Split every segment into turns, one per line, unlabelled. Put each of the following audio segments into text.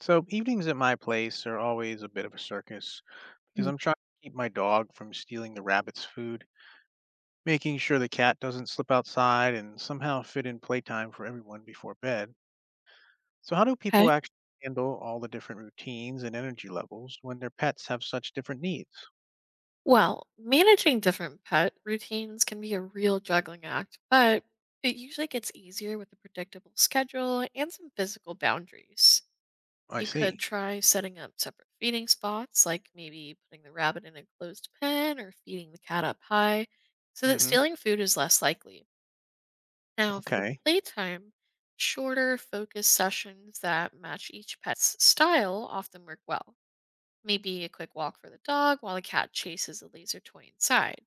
So evenings at my place are always a bit of a circus because
Mm.
I'm trying to keep my dog from stealing the rabbit's food, making sure the cat doesn't slip outside, and somehow fit in playtime for everyone before bed. So how do people
Okay.
actually handle all the different routines and energy levels when their pets have such different needs?
Well, managing different pet routines can be a real juggling act, but it usually gets easier with a predictable schedule and some physical boundaries.
I
You could
see.
try setting up separate feeding spots, like maybe putting the rabbit in a closed pen or feeding the cat up high, so that
Mm-hmm.
stealing food is less likely. Now, for
Okay.
playtime, shorter, focused sessions that match each pet's style often work well. Maybe a quick walk for the dog while the cat chases a laser toy inside.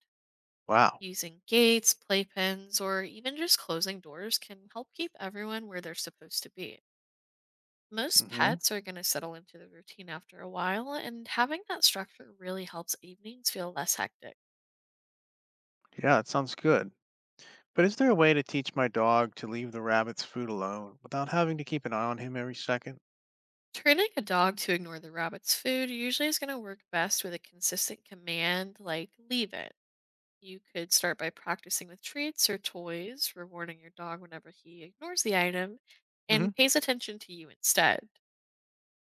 Wow.
Using gates, playpens, or even just closing doors can help keep everyone where they're supposed to be. Most
Mm-hmm.
pets are going to settle into the routine after a while, and having that structure really helps evenings feel less hectic.
Yeah, that sounds good. But is there a way to teach my dog to leave the rabbit's food alone without having to keep an eye on him every 2nd?
Training a dog to ignore the rabbit's food usually is going to work best with a consistent command like leave it. You could start by practicing with treats or toys, rewarding your dog whenever he ignores the item and
Mm-hmm.
pays attention to you instead.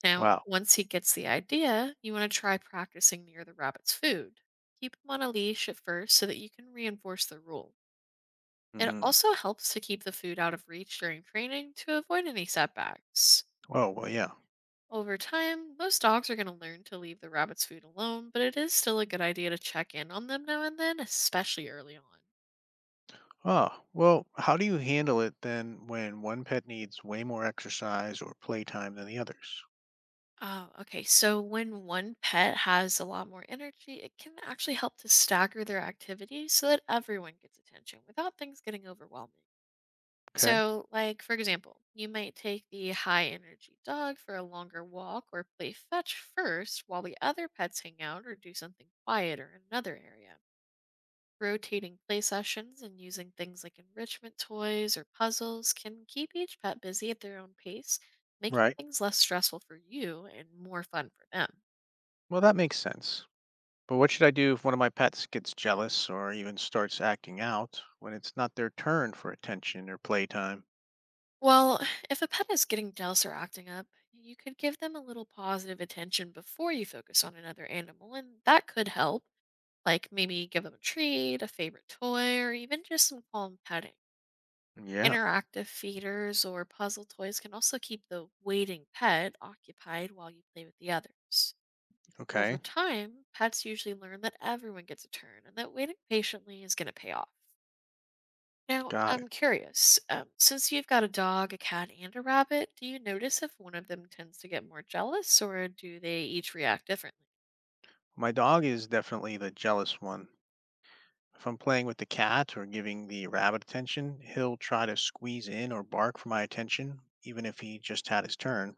Now,
Wow.
once he gets the idea, you want to try practicing near the rabbit's food. Keep him on a leash at first so that you can reinforce the rule. It
Mm-hmm.
also helps to keep the food out of reach during training to avoid any setbacks.
Oh, well, yeah.
Over time, most dogs are going to learn to leave the rabbit's food alone, but it is still a good idea to check in on them now and then, especially early on.
Ah, well, how do you handle it then when one pet needs way more exercise or playtime than the others?
Oh, okay. So when one pet has a lot more energy, it can actually help to stagger their activities so that everyone gets attention without things getting overwhelming.
Okay,
So, like for example, you might take the high energy dog for a longer walk or play fetch first while the other pets hang out or do something quiet or in another area. Rotating play sessions and using things like enrichment toys or puzzles can keep each pet busy at their own pace, making
right.
things less stressful for you and more fun for them.
Well, that makes sense. But what should I do if one of my pets gets jealous or even starts acting out when it's not their turn for attention or playtime?
Well, if a pet is getting jealous or acting up, you could give them a little positive attention before you focus on another animal, and that could help. Like maybe give them a treat, a favorite toy, or even just some calm petting.
Yeah,
Interactive feeders or puzzle toys can also keep the waiting pet occupied while you play with the others. Over
okay,
time, pets usually learn that everyone gets a turn and that waiting patiently is going to pay off. Now,
got
I'm
it.
curious, since you've got a dog, a cat, and a rabbit, do you notice if one of them tends to get more jealous or do they each react differently?
My dog is definitely the jealous one. If I'm playing with the cat or giving the rabbit attention, he'll try to squeeze in or bark for my attention, even if he just had his turn.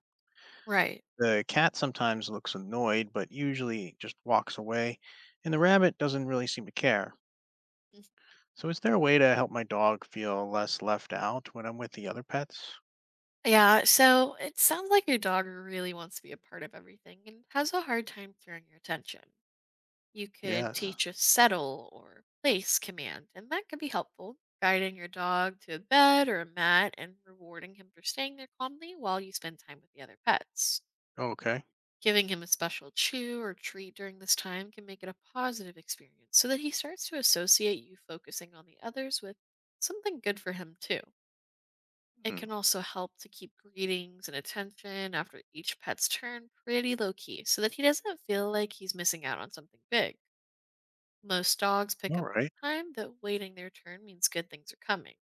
Right.
The cat sometimes looks annoyed, but usually just walks away, and the rabbit doesn't really seem to care. So, is there a way to help my dog feel less left out when I'm with the other pets?
Yeah, so it sounds like your dog really wants to be a part of everything and has a hard time sharing your attention. You could
Yes.
teach a settle or place command, and that could be helpful, guiding your dog to a bed or a mat and rewarding him for staying there calmly while you spend time with the other pets.
Okay.
Giving him a special chew or treat during this time can make it a positive experience so that he starts to associate you focusing on the others with something good for him, too. It
Hmm.
can also help to keep greetings and attention after each pet's turn pretty low key so that he doesn't feel like he's missing out on something big. Most dogs pick
All
up over
right.
time that waiting their turn means good things are coming.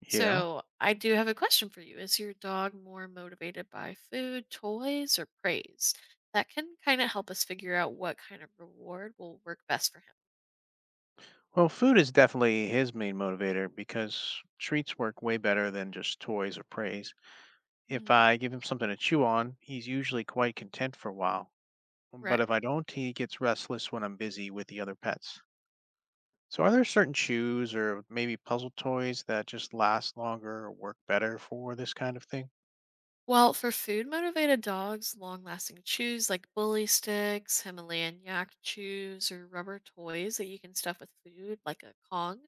Yeah.
So, I do have a question for you. Is your dog more motivated by food, toys, or praise? That can kind of help us figure out what kind of reward will work best for him.
Well, food is definitely his main motivator because treats work way better than just toys or praise. If
Mhm.
I give him something to chew on, he's usually quite content for a while.
Right.
But if I don't, he gets restless when I'm busy with the other pets. So, are there certain shoes or maybe puzzle toys that just last longer or work better for this kind of thing?
Well, for food motivated dogs, long lasting chews like bully sticks, Himalayan yak chews, or rubber toys that you can stuff with food like a Kong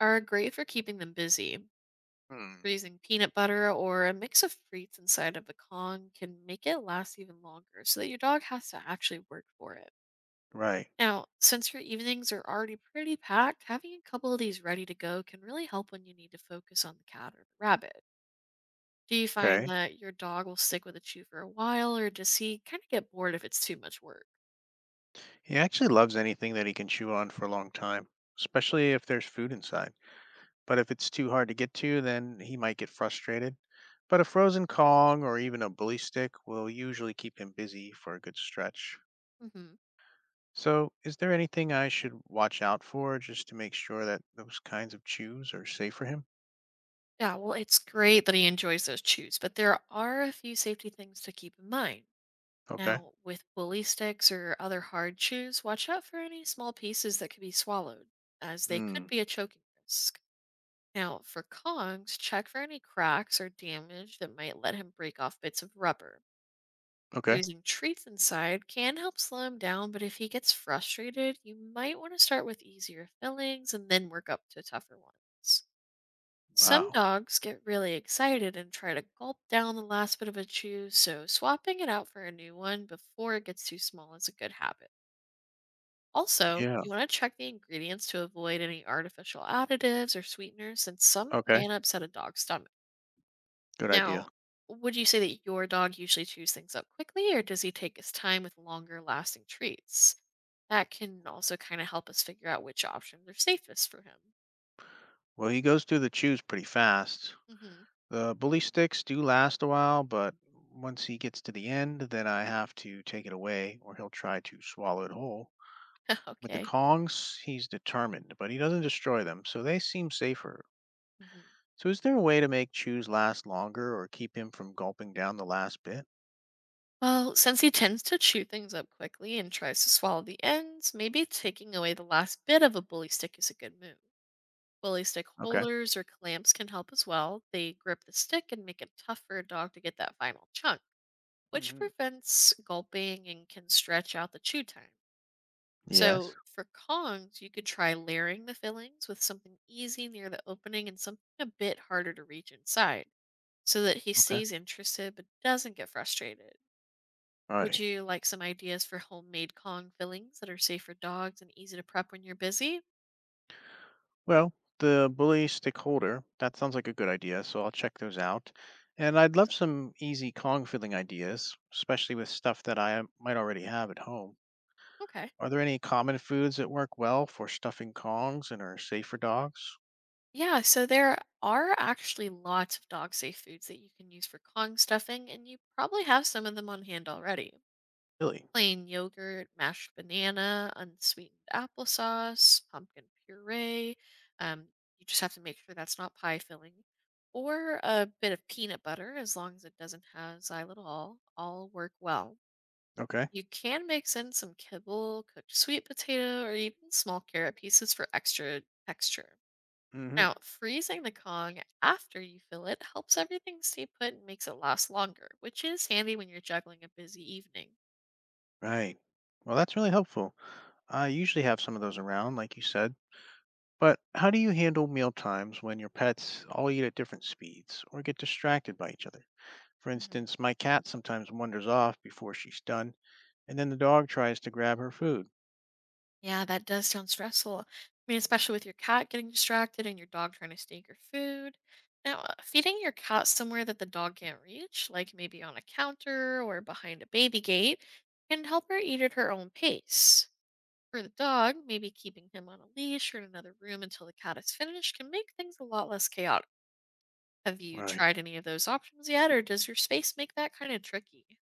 are great for keeping them busy.
Hmm.
Freezing peanut butter or a mix of treats inside of a pecan can make it last even longer so that your dog has to actually work for it.
Right.
Now, since your evenings are already pretty packed, having a couple of these ready to go can really help when you need to focus on the cat or the rabbit. Do you find
Okay.
that your dog will stick with a chew for a while or does he kind of get bored if it's too much work?
He actually loves anything that he can chew on for a long time, especially if there's food inside. But if it's too hard to get to, then he might get frustrated. But a frozen Kong or even a bully stick will usually keep him busy for a good stretch.
Hmm.
So, is there anything I should watch out for just to make sure that those kinds of chews are safe for him?
Yeah, well, it's great that he enjoys those chews, but there are a few safety things to keep in mind.
Okay.
Now, with bully sticks or other hard chews, watch out for any small pieces that could be swallowed, as they could
Hmm.
be a choking risk. Now, for Kongs, check for any cracks or damage that might let him break off bits of rubber.
Okay.
Raising treats inside can help slow him down, but if he gets frustrated, you might want to start with easier fillings and then work up to tougher ones. Some
Wow.
dogs get really excited and try to gulp down the last bit of a chew, so swapping it out for a new one before it gets too small is a good habit. Also,
Yeah,
you want to check the ingredients to avoid any artificial additives or sweeteners, since some
okay.
can upset a dog's stomach.
Good
Now,
idea.
would you say that your dog usually chews things up quickly, or does he take his time with longer lasting treats? That can also kind of help us figure out which options are safest for him.
Well, he goes through the chews pretty fast.
Hmm.
The bully sticks do last a while, but once he gets to the end, then I have to take it away or he'll try to swallow it whole. With the
Okay.
Kongs, he's determined, but he doesn't destroy them, so they seem safer.
Mhm.
So is there a way to make chews last longer or keep him from gulping down the last bit?
Well, since he tends to chew things up quickly and tries to swallow the ends, maybe taking away the last bit of a bully stick is a good move. Bully stick
Okay.
holders or clamps can help as well. They grip the stick and make it tough for a dog to get that final chunk, which
Hmm.
prevents gulping and can stretch out the chew time.
Yes.
So, for Kongs, you could try layering the fillings with something easy near the opening and something a bit harder to reach inside so that he
Okay.
stays interested but doesn't get frustrated.
All
Would
right.
you like some ideas for homemade Kong fillings that are safe for dogs and easy to prep when you're busy?
Well, the bully stakeholder, that sounds like a good idea, so I'll check those out. And I'd love
So-
some easy Kong filling ideas, especially with stuff that I might already have at home.
Okay.
Are there any common foods that work well for stuffing Kongs and are safe for dogs?
Yeah, so there are actually lots of dog safe foods that you can use for Kong stuffing, and you probably have some of them on hand already.
Really?
Plain yogurt, mashed banana, unsweetened applesauce, pumpkin puree. Um, you just have to make sure that's not pie filling. Or a bit of peanut butter, as long as it doesn't have xylitol, all work well.
Okay.
You can mix in some kibble, cooked sweet potato, or even small carrot pieces for extra texture.
Hmm.
Now, freezing the Kong after you fill it helps everything stay put and makes it last longer, which is handy when you're juggling a busy evening.
Right. Well, that's really helpful. I usually have some of those around, like you said. But how do you handle meal times when your pets all eat at different speeds or get distracted by each other? For
Hmm.
instance, my cat sometimes wanders off before she's done, and then the dog tries to grab her food.
Yeah, that does sound stressful. I mean, especially with your cat getting distracted and your dog trying to sneak your food. Now, feeding your cat somewhere that the dog can't reach, like maybe on a counter or behind a baby gate, can help her eat at her own pace. For the dog, maybe keeping him on a leash or in another room until the cat is finished can make things a lot less chaotic. Have you
Right.
tried any of those options yet, or does your space make that kind of tricky?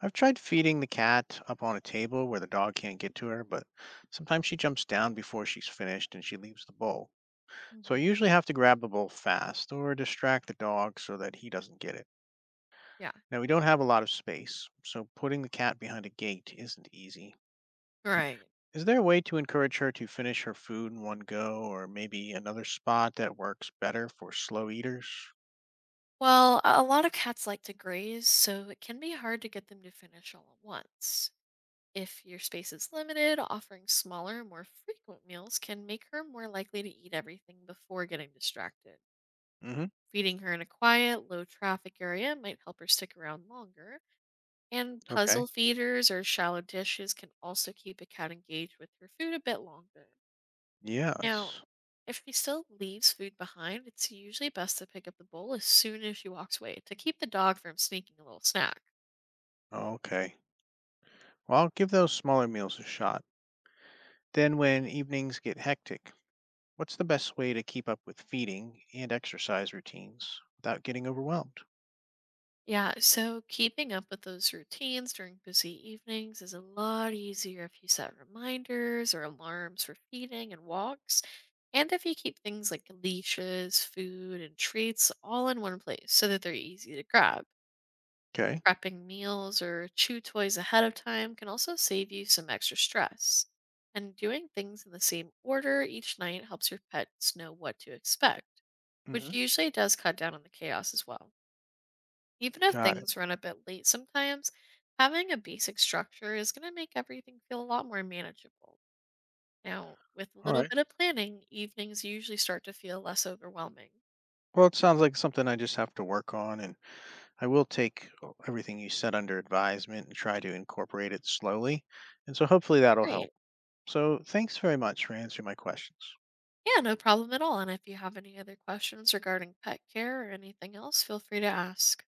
I've tried feeding the cat up on a table where the dog can't get to her, but sometimes she jumps down before she's finished and she leaves the bowl. So I
Hmm.
usually have to grab the bowl fast or distract the dog so that he doesn't get it.
Yeah,
Now, we don't have a lot of space, so putting the cat behind a gate isn't easy.
right.
Is there a way to encourage her to finish her food in one go, or maybe another spot that works better for slow eaters?
Well, a lot of cats like to graze, so it can be hard to get them to finish all at once. If your space is limited, offering smaller, more frequent meals can make her more likely to eat everything before getting distracted. Feeding her in a quiet, low traffic area might help her stick around longer, and puzzle
Okay.
feeders or shallow dishes can also keep a cat engaged with her food a bit longer. Now,
Yes.
if she still leaves food behind, it's usually best to pick up the bowl as soon as she walks away to keep the dog from sneaking a little snack.
Okay. Well, I'll give those smaller meals a shot. Then, when evenings get hectic, what's the best way to keep up with feeding and exercise routines without getting overwhelmed?
Yeah, so keeping up with those routines during busy evenings is a lot easier if you set reminders or alarms for feeding and walks, and if you keep things like leashes, food, and treats all in one place so that they're easy to grab.
Okay.
Prepping meals or chew toys ahead of time can also save you some extra stress. And doing things in the same order each night helps your pets know what to expect, which
Hmm.
usually does cut down on the chaos as well. Even if
Got it.
things run a bit late sometimes, having a basic structure is going to make everything feel a lot more manageable. Now, with a
All
little
right.
bit of planning, evenings usually start to feel less overwhelming.
Well, it sounds like something I just have to work on, and I will take everything you said under advisement and try to incorporate it slowly. And so hopefully that'll help.
Right.
So thanks very much for answering my questions.
Yeah, no problem at all. And if you have any other questions regarding pet care or anything else, feel free to ask.